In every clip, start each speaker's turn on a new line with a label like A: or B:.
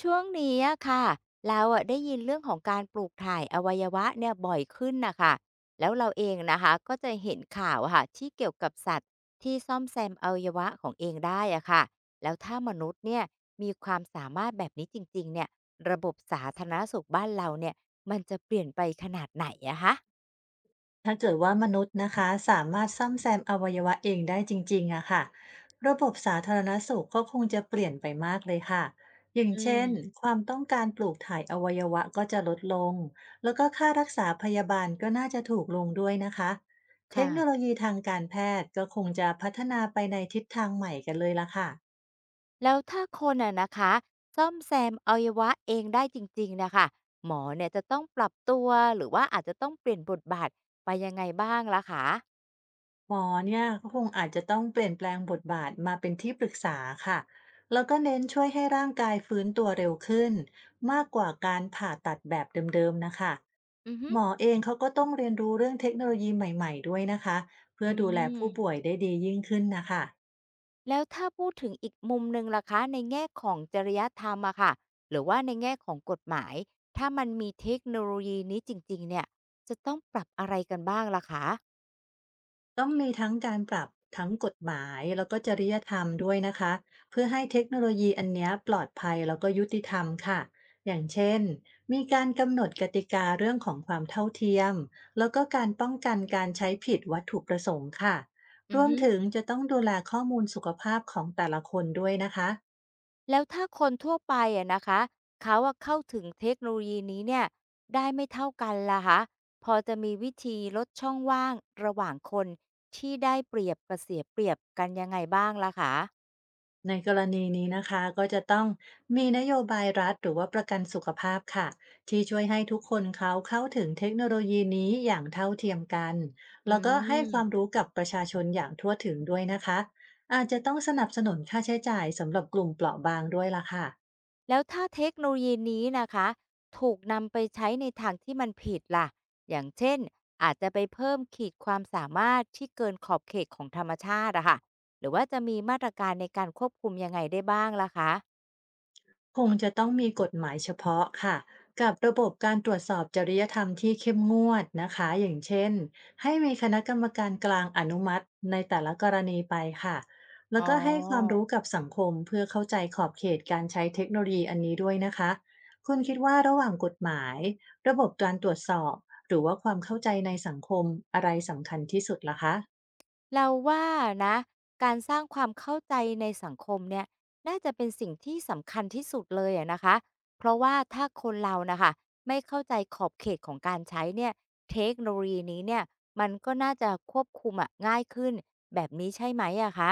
A: ช่วงนี้อะค่ะเราอะได้ยินเรื่องของการปลูกถ่ายอวัยวะเนี่ยบ่อยขึ้นนะค่ะแล้วเราเองนะคะก็จะเห็นข่าวอะค่ะที่เกี่ยวกับสัตว์ที่ซ่อมแซมอวัยวะของเองได้อะค่ะแล้วถ้ามนุษย์เนี่ยมีความสามารถแบบนี้จริงๆเนี่ยระบบสาธารณสุขบ้านเราเนี่ยมันจะเปลี่ยนไปขนาดไหนอะคะ
B: ถ้าเกิดว่ามนุษย์นะคะสามารถซ่อมแซมอวัยวะเองได้จริงๆอะค่ะระบบสาธารณสุขก็คงจะเปลี่ยนไปมากเลยค่ะอย่าง
A: อืม
B: เช่นความต้องการปลูกถ่ายอวัยวะก็จะลดลงแล้วก็ค่ารักษาพยาบาลก็น่าจะถูกลงด้วยนะคะเท
A: ค่ะ
B: คโนโลยีทางการแพทย์ก็คงจะพัฒนาไปในทิศทางใหม่กันเลยละค่ะ
A: แล้วถ้าคนอะนะคะซ่อมแซมอวัยวะเองได้จริงๆนะคะหมอเนี่ยจะต้องปรับตัวหรือว่าอาจจะต้องเปลี่ยนบทบาทไปยังไงบ้างล่ะคะ
B: หมอเนี่ยก็คงอาจจะต้องเปลี่ยนแปลงบทบาทมาเป็นที่ปรึกษาค่ะแล้วก็เน้นช่วยให้ร่างกายฟื้นตัวเร็วขึ้นมากกว่าการผ่าตัดแบบเดิมๆนะคะ
A: อือฮึ
B: หมอเองเขาก็ต้องเรียนรู้เรื่องเทคโนโลยีใหม่ๆด้วยนะคะเพื่
A: อื
B: อดูแลผู้ป่ว
A: ม
B: ยได้ดียิ่งขึ้นนะคะ
A: แล้วถ้าพูดถึงอีกมุมหนึ่งล่ะคะในแง่ของจริยธรรมอะค่ะหรือว่าในแง่ของกฎหมายถ้ามันมีเทคโนโลยีนี้จริงๆเนี่ยจะต้องปรับอะไรกันบ้างล่ะคะ
B: ต้องมีทั้งการปรับทั้งกฎหมายแล้วก็จริยธรรมด้วยนะคะเพื่อให้เทคโนโลยีอันเนี้ยปลอดภัยแล้วก็ยุติธรรมค่ะอย่างเช่นมีการกำหนดกติกาเรื่องของความเท่าเทียมแล้วก็การป้องกันการใช้ผิดวัตถุประสงค์ค่ะ
A: อื
B: ร
A: อ
B: วม
A: ฮึ
B: ถึงจะต้องดูแลข้อมูลสุขภาพของแต่ละคนด้วยนะคะ
A: แล้วถ้าคนทั่วไปอะนะคะเขาอะเข้าถึงเทคโนโลยีนี้เนี่ยได้ไม่เท่ากันล่ะคะพอจะมีวิธีลดช่องว่างระหว่างคนที่ได้เปรียบกับเสียเปรียบกันยังไงบ้างล่ะคะ
B: ในกรณีนี้นะคะก็จะต้องมีนโยบายรัฐหรือว่าประกันสุขภาพค่ะที่ช่วยให้ทุกคนเขาเข้าถึงเทคโนโลยีนี้อย่างเท่าเทียมกัน
A: อื
B: แล้วก็ให้ความ
A: ม
B: รู้กับประชาชนอย่างทั่วถึงด้วยนะคะอาจจะต้องสนับสนุนค่าใช้จ่ายสำหรับกลุ่มเปราะบางด้วยล่ะค่ะ
A: แล้วถ้าเทคโนโลยีนี้นะคะถูกนำไปใช้ในทางที่มันผิดล่ะอย่างเช่นอาจจะไปเพิ่มขีดความสามารถที่เกินขอบเขตของธรรมชาติอะค่ะหรือว่าจะมีมาตรการในการควบคุมยังไงได้บ้างล่ะคะ
B: คงจะต้องมีกฎหมายเฉพาะค่ะกับระบบการตรวจสอบจริยธรรมที่เข้มงวดนะคะอย่างเช่นให้มีคณะกรรมการกลางอนุมัติในแต่ละกรณีไปค่ะแล้
A: อ๋
B: ว
A: อ
B: ก็ให้ความรู้กับสังคมเพื่อเข้าใจขอบเขตการใช้เทคโนโลยีอันนี้ด้วยนะคะคุณคิดว่าระหว่างกฎหมายระบบการตรวจสอบหรือว่าความเข้าใจในสังคมอะไรสำคัญที่สุดล่ะคะ
A: เราว่านะการสร้างความเข้าใจในสังคมเนี่ยน่าจะเป็นสิ่งที่สำคัญที่สุดเลยอะนะคะเพราะว่าถ้าคนเรานะคะไม่เข้าใจขอบเขตของการใช้เนี่ยเทคโนโลยีนี้เนี่ยมันก็น่าจะควบคุมอะง่ายขึ้นแบบนี้ใช่ไหมอะคะ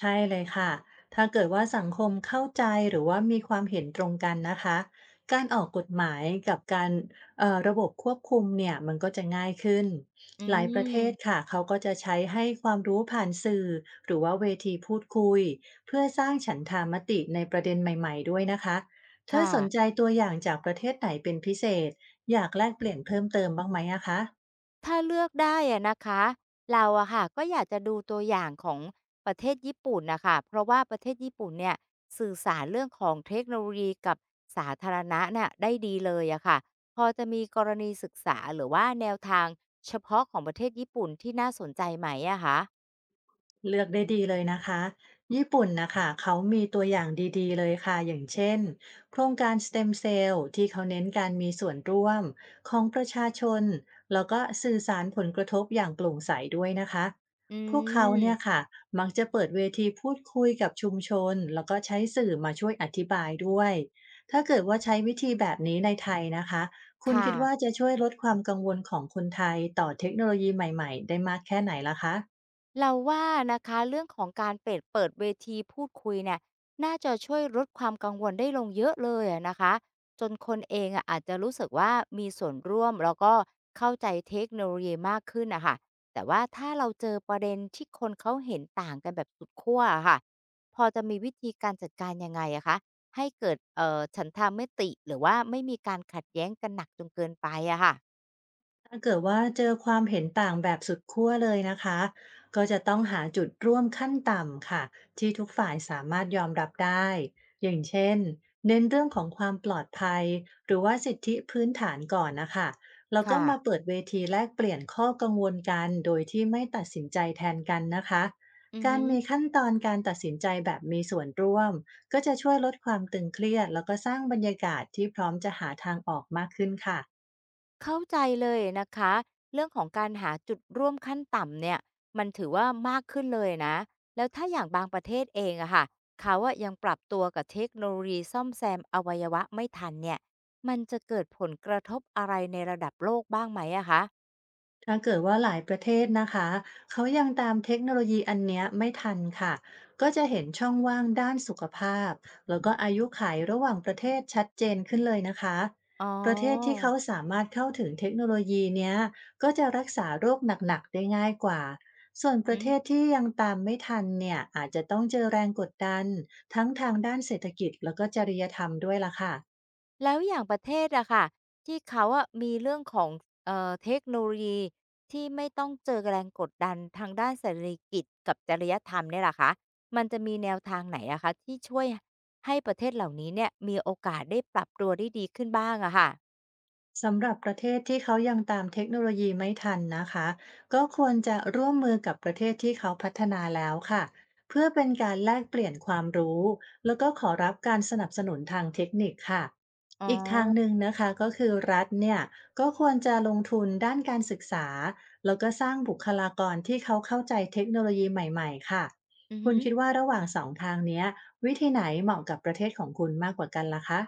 B: ใช่เลยค่ะ ถ้าเกิดว่าสังคมเข้าใจหรือว่ามีความเห็นตรงกันนะคะการออกกฎหมายกับการระบบควบคุมเนี่ยมันก็จะง่ายขึ้น
A: อื
B: หลายประเทศ
A: ม
B: ค่ะเขาก็จะใช้ให้ความรู้ผ่านสื่อหรือว่าเวทีพูดคุยเพื่อสร้างฉันทามติในประเด็นใหม่ๆด้วยนะคะถ้า
A: ค่ะ
B: สนใจตัวอย่างจากประเทศไหนเป็นพิเศษอยากแลกเปลี่ยนเพิ่มเติมบ้างไหมอะคะ
A: ถ้าเลือกได้อะนะคะเราอะค่ะก็อยากจะดูตัวอย่างของประเทศญี่ปุ่นนะคะเพราะว่าประเทศญี่ปุ่นเนี่ยสื่อสารเรื่องของเทคโนโลยีกับสาธารณะเนี่ยได้ดีเลยอะค่ะพอจะมีกรณีศึกษาหรือว่าแนวทางเฉพาะของประเทศญี่ปุ่นที่น่าสนใจไหมอะคะ
B: เลือกได้ดีเลยนะคะญี่ปุ่นนะคะเขามีตัวอย่างดีๆเลยค่ะอย่างเช่นโครงการ STEM Cell ที่เขาเน้นการมีส่วนร่วมของประชาชนแล้วก็สื่อสารผลกระทบอย่างโปร่งใสด้วยนะคะ
A: อื
B: พวกเขาเนี่ย
A: ม
B: ค่ะมักจะเปิดเวทีพูดคุยกับชุมชนแล้วก็ใช้สื่อมาช่วยอธิบายด้วยถ้าเกิดว่าใช้วิธีแบบนี้ในไทยนะคะคุณ
A: ค่ะ
B: คิดว่าจะช่วยลดความกังวลของคนไทยต่อเทคโนโลยีใหม่ๆได้มากแค่ไหนล่ะคะ
A: เราว่านะคะเรื่องของการเปิดเวทีพูดคุยเนี่ยน่าจะช่วยลดความกังวลได้ลงเยอะเลยอะนะคะจนคนเองอะอาจจะรู้สึกว่ามีส่วนร่วมแล้วก็เข้าใจเทคโนโลยีมากขึ้นนะคะแต่ว่าถ้าเราเจอประเด็นที่คนเขาเห็นต่างกันแบบสุดขั้วอะค่ะพอจะมีวิธีการจัดการยังไงอะคะให้เกิดฉันทามติหรือว่าไม่มีการขัดแย้งกันหนักจนเกินไปอะค่ะ
B: ถ้าเกิดว่าเจอความเห็นต่างแบบสุดขั้วเลยนะคะก็จะต้องหาจุดร่วมขั้นต่ำค่ะที่ทุกฝ่ายสามารถยอมรับได้อย่างเช่นเน้นเรื่องของความปลอดภัยหรือว่าสิทธิพื้นฐานก่อนนะคะแล้วก็
A: ค่ะ
B: มาเปิดเวทีแลกเปลี่ยนข้อกังวลกันโดยที่ไม่ตัดสินใจแทนกันนะคะ
A: อือ
B: กา
A: ฮึ
B: รมีขั้นตอนการตัดสินใจแบบมีส่วนร่วมก็จะช่วยลดความตึงเครียดแล้วก็สร้างบรรยากาศที่พร้อมจะหาทางออกมากขึ้นค่ะ
A: เข้าใจเลยนะคะเรื่องของการหาจุดร่วมขั้นต่ำเนี่ยมันถือว่ามากขึ้นเลยนะแล้วถ้าอย่างบางประเทศเองอะค่ะเขาอะยังปรับตัวกับเทคโนโลยีซ่อมแซมอวัยวะไม่ทันเนี่ยมันจะเกิดผลกระทบอะไรในระดับโลกบ้างไหมอะคะ
B: ถ้าเกิดว่าหลายประเทศนะคะเขายังตามเทคโนโลยีอันเนี้ยไม่ทันค่ะก็จะเห็นช่องว่างด้านสุขภาพแล้วก็อายุขัยระหว่างประเทศชัดเจนขึ้นเลยนะคะ
A: อ๋อ
B: ประเทศที่เขาสามารถเข้าถึงเทคโนโลยีเนี้ยก็จะรักษาโรคหนักๆได้ง่ายกว่าส่วนประเทศที่ยังตามไม่ทันเนี่ยอาจจะต้องเจอแรงกดดันทั้งทางด้านเศรษฐกิจแล้วก็จริยธรรมด้วยล่ะค่ะ
A: แล้วอย่างประเทศอะค่ะที่เขาอะมีเรื่องของเทคโนโลยีที่ไม่ต้องเจอแรงกดดันทางด้านเศรษฐกิจกับจริยธรรมเนี่ยล่ะคะมันจะมีแนวทางไหนอะคะที่ช่วยให้ประเทศเหล่านี้เนี่ยมีโอกาสได้ปรับตัวได้ดีขึ้นบ้างอะค่ะ
B: สำหรับประเทศที่เขายังตามเทคโนโลยีไม่ทันนะคะก็ควรจะร่วมมือกับประเทศที่เขาพัฒนาแล้วค่ะเพื่อเป็นการแลกเปลี่ยนความรู้แล้วก็ขอรับการสนับสนุนทางเทคนิคค่ะ
A: อ๋อ
B: อีกทางหนึ่งนะคะก็คือรัฐเนี่ยก็ควรจะลงทุนด้านการศึกษาแล้วก็สร้างบุคลากรที่เขาเข้าใจเทคโนโลยีใหม่ๆค่ะ
A: อือ
B: คุณ
A: ฮึ
B: คิดว่าระหว่างสองทางเนี้ยวิธีไหนเหมาะกับประเทศของคุณมากกว่ากันล่ะคะ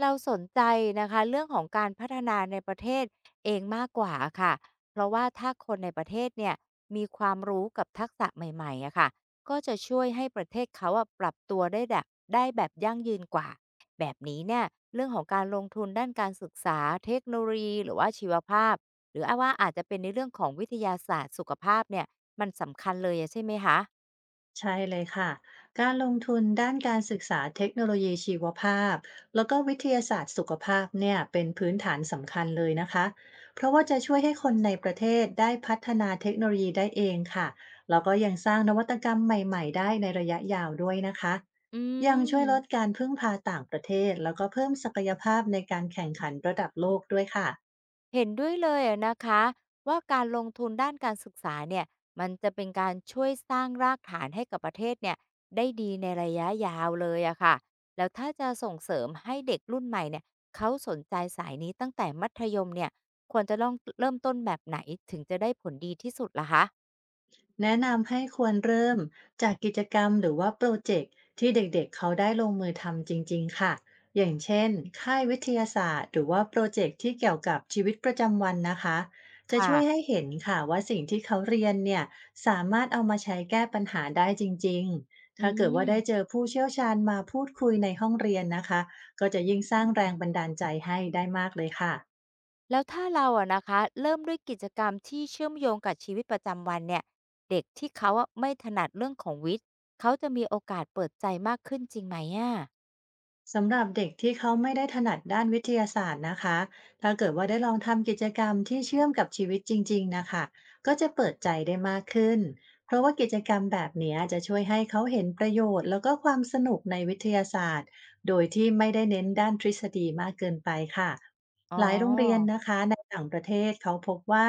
A: เราสนใจนะคะเรื่องของการพัฒนาในประเทศเองมากกว่าอะค่ะเพราะว่าถ้าคนในประเทศเนี่ยมีความรู้กับทักษะใหม่ๆอะค่ะก็จะช่วยให้ประเทศเขาอะปรับตัวได้แบบยั่งยืนกว่าแบบนี้เนี่ยเรื่องของการลงทุนด้านการศึกษาเทคโนโลยีหรือว่าชีวภาพหรือว่าอาจจะเป็นในเรื่องของวิทยาศาสตร์สุขภาพเนี่ยมันสำคัญเลยอะใช่ไหมคะ
B: ใช่เลยค่ะ การลงทุนด้านการศึกษาเทคโนโลยีชีวภาพแล้วก็วิทยาศาสตร์สุขภาพเนี่ยเป็นพื้นฐานสำคัญเลยนะคะเพราะว่าจะช่วยให้คนในประเทศได้พัฒนาเทคโนโลยีได้เองค่ะแล้วก็ยังสร้างนวัตกรรมใหม่ๆได้ในระยะยาวด้วยนะคะ
A: อื
B: ยังช่วยลด
A: ม
B: การพึ่งพาต่างประเทศแล้วก็เพิ่มศักยภาพในการแข่งขันระดับโลกด้วยค่ะ
A: เห็นด้วยเลยอะนะคะว่าการลงทุนด้านการศึกษาเนี่ยมันจะเป็นการช่วยสร้างรากฐานให้กับประเทศเนี่ยได้ดีในระยะยาวเลยอะค่ะแล้วถ้าจะส่งเสริมให้เด็กรุ่นใหม่เนี่ยเขาสนใจสายนี้ตั้งแต่มัธยมเนี่ยควรจะต้องเริ่มต้นแบบไหนถึงจะได้ผลดีที่สุดล่ะคะ
B: แนะนำให้ควรเริ่มจากกิจกรรมหรือว่าโปรเจกต์ที่เด็กๆเขาได้ลงมือทำจริงๆค่ะอย่างเช่นค่ายวิทยาศาสตร์หรือว่าโปรเจกต์ที่เกี่ยวกับชีวิตประจำวันนะคะจะช่วยให้
A: ค่ะ
B: เห็นค่ะว่าสิ่งที่เขาเรียนเนี่ยสามารถเอามาใช้แก้ปัญหาได้จริงๆ
A: อื
B: ถ้าเกิดว่าได้
A: ม
B: เจอผู้เชี่ยวชาญมาพูดคุยในห้องเรียนนะคะก็จะยิ่งสร้างแรงบันดาลใจให้ได้มากเลยค่ะ
A: แล้วถ้าเราอะนะคะเริ่มด้วยกิจกรรมที่เชื่อมโยงกับชีวิตประจำวันเนี่ยเด็กที่เขาอะไม่ถนัดเรื่องของวิทย์เขาจะมีโอกาสเปิดใจมากขึ้นจริงไหมอะ
B: สำหรับเด็กที่เขาไม่ได้ถนัดด้านวิทยาศาสตร์นะคะถ้าเกิดว่าได้ลองทำกิจกรรมที่เชื่อมกับชีวิตจริงๆนะคะก็จะเปิดใจได้มากขึ้นเพราะว่ากิจกรรมแบบเนี้ยจะช่วยให้เขาเห็นประโยชน์แล้วก็ความสนุกในวิทยาศาสตร์โดยที่ไม่ได้เน้นด้านทฤษฎีมากเกินไปค่ะ
A: อ๋อ
B: ต่างประเทศเขาพบว่า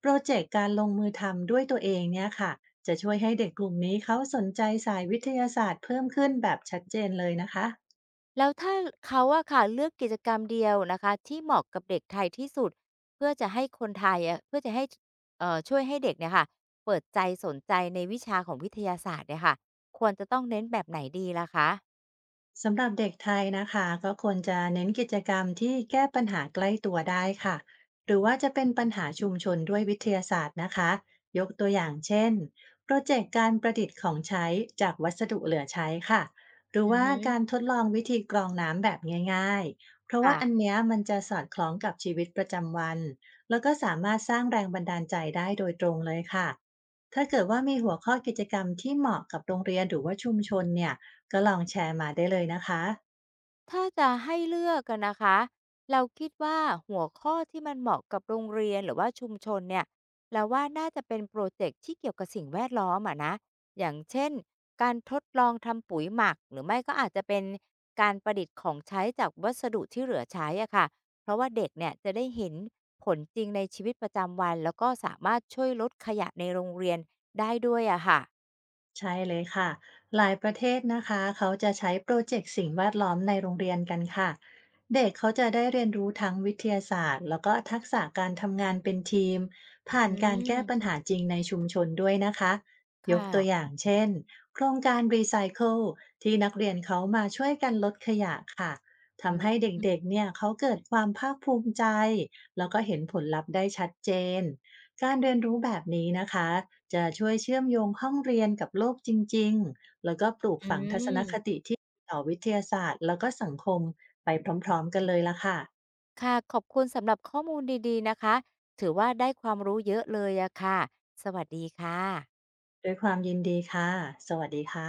B: โปรเจกต์การลงมือทำด้วยตัวเองเนี่ยค่ะจะช่วยให้เด็กกลุ่มนี้เขาสนใจสายวิทยาศาสตร์เพิ่มขึ้นแบบชัดเจนเลยนะคะ
A: แล้วถ้าเขาอะค่ะเลือกกิจกรรมเดียวนะคะที่เหมาะกับเด็กไทยที่สุดเพื่อจะให้คนไทยอะเพื่อจะให้ช่วยให้เด็กเนี่ยค่ะเปิดใจสนใจในวิชาของวิทยาศาสตร์เนี่ยค่ะควรจะต้องเน้นแบบไหนดีล่ะคะ
B: สำหรับเด็กไทยนะคะก็ควรจะเน้นกิจกรรมที่แก้ปัญหาใกล้ตัวได้ค่ะหรือว่าจะเป็นปัญหาชุมชนด้วยวิทยาศาสตร์นะคะยกตัวอย่างเช่นโปรเจกต์การประดิษฐ์ของใช้จากวัสดุเหลือใช้ค่ะหรือ
A: อือ
B: ว่า
A: ฮึ
B: การทดลองวิธีกรองน้ำแบบง่ายๆเพราะว่า
A: ค่ะ
B: อันเนี้ยมันจะสอดคล้องกับชีวิตประจำวันแล้วก็สามารถสร้างแรงบันดาลใจได้โดยตรงเลยค่ะถ้าเกิดว่ามีหัวข้อกิจกรรมที่เหมาะกับโรงเรียนหรือว่าชุมชนเนี่ย ก็ลองแชร์มาได้เลยนะคะ
A: ถ้าจะให้เลือกอะนนะคะ เราคิดว่าหัวข้อที่มันเหมาะกับโรงเรียนหรือว่าชุมชนเนี่ยเราว่าน่าจะเป็นโปรเจกต์ที่เกี่ยวกับสิ่งแวดล้อมอะนะอย่างเช่นการทดลองทำปุ๋ยหมักหรือไม่ก็อาจจะเป็นการประดิษฐ์ของใช้จากวัสดุที่เหลือใช้อะค่ะเพราะว่าเด็กเนี่ยจะได้เห็นผลจริงในชีวิตประจำวันแล้วก็สามารถช่วยลดขยะในโรงเรียนได้ด้วยอะค่ะ
B: ใช่เลยค่ะหลายประเทศนะคะเขาจะใช้โปรเจกต์สิ่งแวดล้อมในโรงเรียนกันค่ะเด็กเขาจะได้เรียนรู้ทั้งวิทยาศาสตร์แล้วก็ทักษะการทำงานเป็นทีมผ่า
A: อื
B: นการแก้ปัญ
A: ม
B: หาจริงในชุมชนด้วยนะคะ
A: ค
B: ยกตัวอ
A: ่ะ
B: ย่างเช่นโครงการรีไซเคิลที่นักเรียนเขามาช่วยกันลดขยะค่ะ
A: อ
B: ทำให้เ
A: ื
B: ด็ก
A: ม
B: ๆเนี่ยเขาเกิดความภาคภูมิใจแล้วก็เห็นผลลัพธ์ได้ชัดเจน การเรียนรู้แบบนี้นะคะจะช่วยเชื่อมโยงห้องเรียนกับโลกจริง
A: อืม
B: ๆต่อวิทยาศาสตร์แล้วก็สังคมไปพร้อมๆกันเลยล่ะค่ะ
A: ค่ะขอบคุณสำหรับข้อมูลดีๆนะคะถือว่าได้ความรู้เยอะเลยอะค่ะสวัสดีค่ะ
B: ด้วยความยินดีค่ะสวัสดีค่ะ